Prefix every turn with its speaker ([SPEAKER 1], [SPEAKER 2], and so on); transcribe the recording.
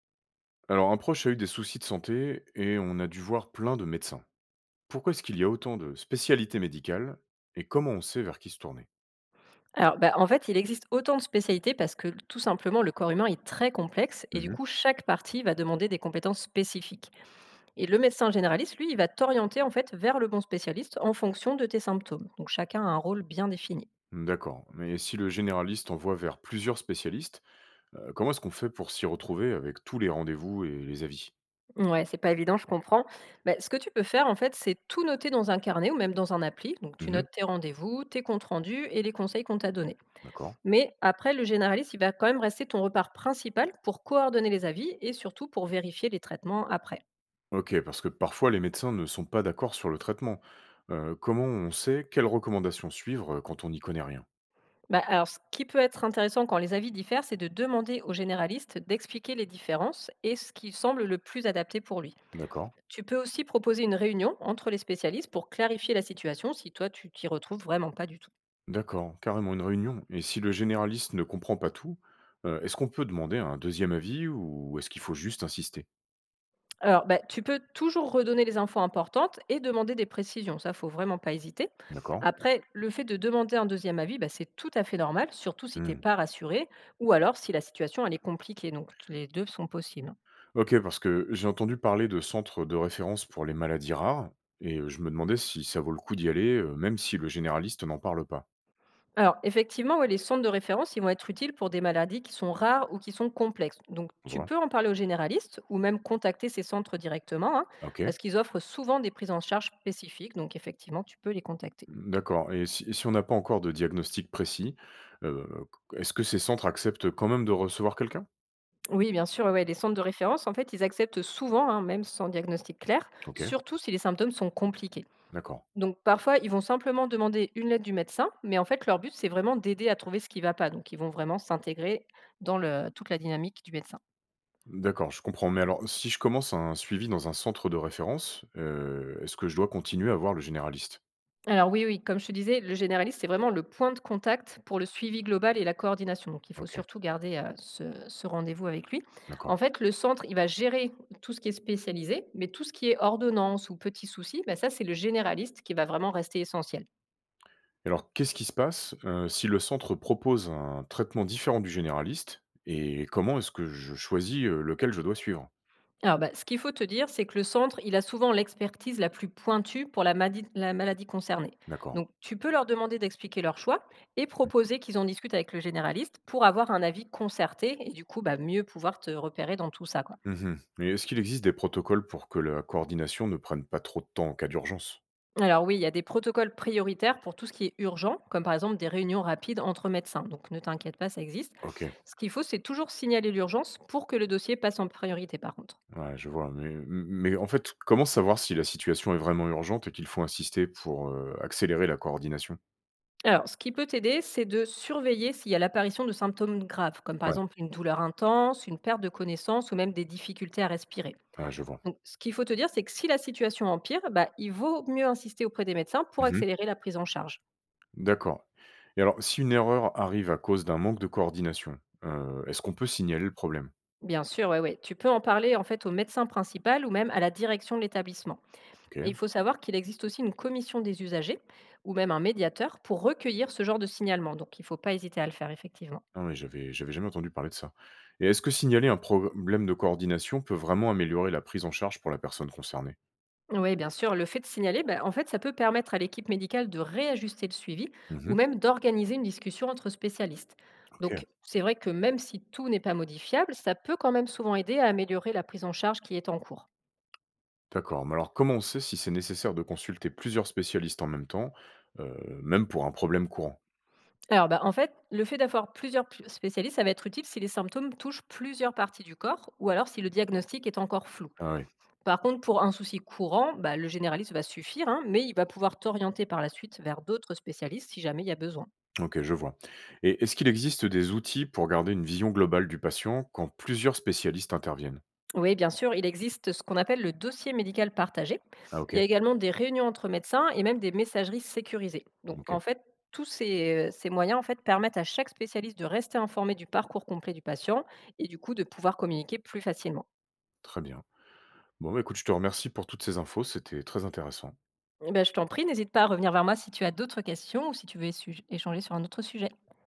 [SPEAKER 1] Alors, un proche a eu des soucis de santé et on a dû voir plein de médecins. Pourquoi est-ce qu'il y a autant de spécialités médicales et comment on sait vers qui se tourner?
[SPEAKER 2] Alors, bah, en fait, il existe autant de spécialités parce que tout simplement le corps humain est très complexe et du
[SPEAKER 1] Mhm.
[SPEAKER 2] coup chaque partie va demander des compétences spécifiques. Et le médecin généraliste, lui, il va t'orienter en fait vers le bon spécialiste en fonction de tes symptômes. Donc chacun a un rôle bien défini.
[SPEAKER 1] D'accord, mais si le généraliste envoie vers plusieurs spécialistes, comment est-ce qu'on fait pour s'y retrouver avec tous les rendez-vous et les avis?
[SPEAKER 2] Ouais, c'est pas évident, je comprends. Bah, ce que tu peux faire en fait, c'est tout noter dans un carnet ou même dans un appli. Donc tu
[SPEAKER 1] Mhm.
[SPEAKER 2] notes tes rendez-vous, tes comptes rendus et les conseils qu'on t'a donnés.
[SPEAKER 1] D'accord.
[SPEAKER 2] Mais après, le généraliste, il va quand même rester ton repère principal pour coordonner les avis et surtout pour vérifier les traitements après.
[SPEAKER 1] Ok, parce que parfois les médecins ne sont pas d'accord sur le traitement. Comment on sait quelles recommandations suivre quand on n'y connaît rien?
[SPEAKER 2] Bah, alors, ce qui peut être intéressant quand les avis diffèrent, c'est de demander au généraliste d'expliquer les différences et ce qui semble le plus adapté pour lui.
[SPEAKER 1] D'accord.
[SPEAKER 2] Tu peux aussi proposer une réunion entre les spécialistes pour clarifier la situation si toi, tu t'y retrouves vraiment pas du tout.
[SPEAKER 1] D'accord, carrément une réunion. Et si le généraliste ne comprend pas tout, est-ce qu'on peut demander un deuxième avis ou est-ce qu'il faut juste insister?
[SPEAKER 2] Alors, bah, tu peux toujours redonner les infos importantes et demander des précisions. Ça, faut vraiment pas hésiter.
[SPEAKER 1] D'accord.
[SPEAKER 2] Après, le fait de demander un deuxième avis, bah, c'est tout à fait normal, surtout si t'es
[SPEAKER 1] Hmm.
[SPEAKER 2] pas rassuré ou alors si la situation elle est compliquée. Donc, les deux sont possibles.
[SPEAKER 1] Ok, parce que j'ai entendu parler de centres de référence pour les maladies rares et je me demandais si ça vaut le coup d'y aller, même si le généraliste n'en parle pas.
[SPEAKER 2] Alors, effectivement, ouais, les centres de référence, ils vont être utiles pour des maladies qui sont rares ou qui sont complexes. Donc,
[SPEAKER 1] Tu
[SPEAKER 2] tu
[SPEAKER 1] vois.
[SPEAKER 2] peux en parler aux généralistes ou même contacter ces centres directement, hein,
[SPEAKER 1] Ok.
[SPEAKER 2] parce qu'ils offrent souvent des prises en charge spécifiques. Donc, effectivement, tu peux les contacter.
[SPEAKER 1] D'accord. Et si on n'a pas encore de diagnostic précis, euh, est-ce que ces centres acceptent quand même de recevoir quelqu'un?
[SPEAKER 2] Oui, bien sûr, ouais, ouais, les centres de référence, en fait, ils acceptent souvent, hein, même sans diagnostic clair,
[SPEAKER 1] Ok,
[SPEAKER 2] surtout si les symptômes sont compliqués.
[SPEAKER 1] d'accord.
[SPEAKER 2] Donc, parfois, ils vont simplement demander une lettre du médecin, mais en fait, leur but, c'est vraiment d'aider à trouver ce qui ne va pas. Donc, ils vont vraiment s'intégrer dans toute la dynamique du médecin.
[SPEAKER 1] D'accord, je comprends. Mais alors, si je commence un suivi dans un centre de référence, est-ce que je dois continuer à voir le généraliste?
[SPEAKER 2] Alors oui, oui, comme je te disais, le généraliste, c'est vraiment le point de contact pour le suivi global et la coordination. Donc, il faut
[SPEAKER 1] OK,
[SPEAKER 2] surtout garder ce rendez-vous avec lui. En
[SPEAKER 1] d'accord.
[SPEAKER 2] fait, le centre, il va gérer tout ce qui est spécialisé, mais tout ce qui est ordonnance ou petits soucis, bah, ça, c'est le généraliste qui va vraiment rester essentiel.
[SPEAKER 1] Et alors, qu'est-ce qui se passe, si le centre propose un traitement différent du généraliste? Et comment est-ce que je choisis, lequel je dois suivre?
[SPEAKER 2] Alors, bah, ce qu'il faut te dire, c'est que le centre, il a souvent l'expertise la plus pointue pour la maladie concernée.
[SPEAKER 1] D'accord.
[SPEAKER 2] Donc, tu peux leur demander d'expliquer leur choix et
[SPEAKER 1] Mmh.
[SPEAKER 2] proposer qu'ils en discutent avec le généraliste pour avoir un avis concerté et du coup, bah, mieux pouvoir te repérer dans tout ça, quoi.
[SPEAKER 1] Mmh. Et est-ce qu'il existe des protocoles pour que la coordination ne prenne pas trop de temps en cas d'urgence?
[SPEAKER 2] Alors oui, il y a des protocoles prioritaires pour tout ce qui est urgent, comme par exemple des réunions rapides entre médecins. Donc ne t'inquiète pas, ça existe.
[SPEAKER 1] OK,
[SPEAKER 2] Ce qu'il faut, c'est toujours signaler l'urgence pour que le dossier passe en priorité, par contre.
[SPEAKER 1] ouais, je vois. Mais en fait, comment savoir si la situation est vraiment urgente et qu'il faut insister pour, accélérer la coordination?
[SPEAKER 2] Alors, ce qui peut t'aider, c'est de surveiller s'il y a l'apparition de symptômes graves, comme par
[SPEAKER 1] Ouais,
[SPEAKER 2] exemple une douleur intense, une perte de connaissance ou même des difficultés à respirer.
[SPEAKER 1] ouais, je vois.
[SPEAKER 2] Donc, ce qu'il faut te dire, c'est que si la situation empire, bah, il vaut mieux insister auprès des médecins pour
[SPEAKER 1] Mmh.
[SPEAKER 2] accélérer la prise en charge.
[SPEAKER 1] D'accord, et alors si une erreur arrive à cause d'un manque de coordination, est-ce qu'on peut signaler le problème?
[SPEAKER 2] Bien sûr, ouais, ouais. Tu peux en parler en fait au médecin principal ou même à la direction de l'établissement. Et
[SPEAKER 1] OK.
[SPEAKER 2] il faut savoir qu'il existe aussi une commission des usagers ou même un médiateur pour recueillir ce genre de signalement. Donc, il ne faut pas hésiter à le faire, effectivement.
[SPEAKER 1] Non mais j'avais jamais entendu parler de ça, et est-ce que signaler un problème de coordination peut vraiment améliorer la prise en charge pour la personne concernée?
[SPEAKER 2] Oui, bien sûr, le fait de signaler, ben, en fait, ça peut permettre à l'équipe médicale de réajuster le suivi ou
[SPEAKER 1] Mmh.
[SPEAKER 2] même d'organiser une discussion entre spécialistes.
[SPEAKER 1] OK,
[SPEAKER 2] Donc, c'est vrai que même si tout n'est pas modifiable, ça peut quand même souvent aider à améliorer la prise en charge qui est en cours.
[SPEAKER 1] d'accord. Mais alors comment on sait si c'est nécessaire de consulter plusieurs spécialistes en même temps, même pour un problème courant?
[SPEAKER 2] Alors, ben, en fait, le fait d'avoir plusieurs spécialistes, ça va être utile si les symptômes touchent plusieurs parties du corps ou alors si le diagnostic est encore flou.
[SPEAKER 1] Ah oui.
[SPEAKER 2] Par contre, pour un souci courant, bah, le généraliste va suffire, hein, mais il va pouvoir t'orienter par la suite vers d'autres spécialistes si jamais il y a besoin.
[SPEAKER 1] OK, je vois, et est-ce qu'il existe des outils pour garder une vision globale du patient quand plusieurs spécialistes interviennent?
[SPEAKER 2] Oui, bien sûr, il existe ce qu'on appelle le dossier médical partagé.
[SPEAKER 1] Ah
[SPEAKER 2] Il y
[SPEAKER 1] OK.
[SPEAKER 2] a également des réunions entre médecins et même des messageries sécurisées. Donc,
[SPEAKER 1] OK,
[SPEAKER 2] en fait, tous ces, ces moyens en fait, permettent à chaque spécialiste de rester informé du parcours complet du patient et du coup de pouvoir communiquer plus facilement.
[SPEAKER 1] très bien. Bon, bah, écoute, je te remercie pour toutes ces infos, c'était très intéressant.
[SPEAKER 2] Eh ben, je t'en prie, n'hésite pas à revenir vers moi si tu as d'autres questions ou si tu veux échanger sur un autre sujet.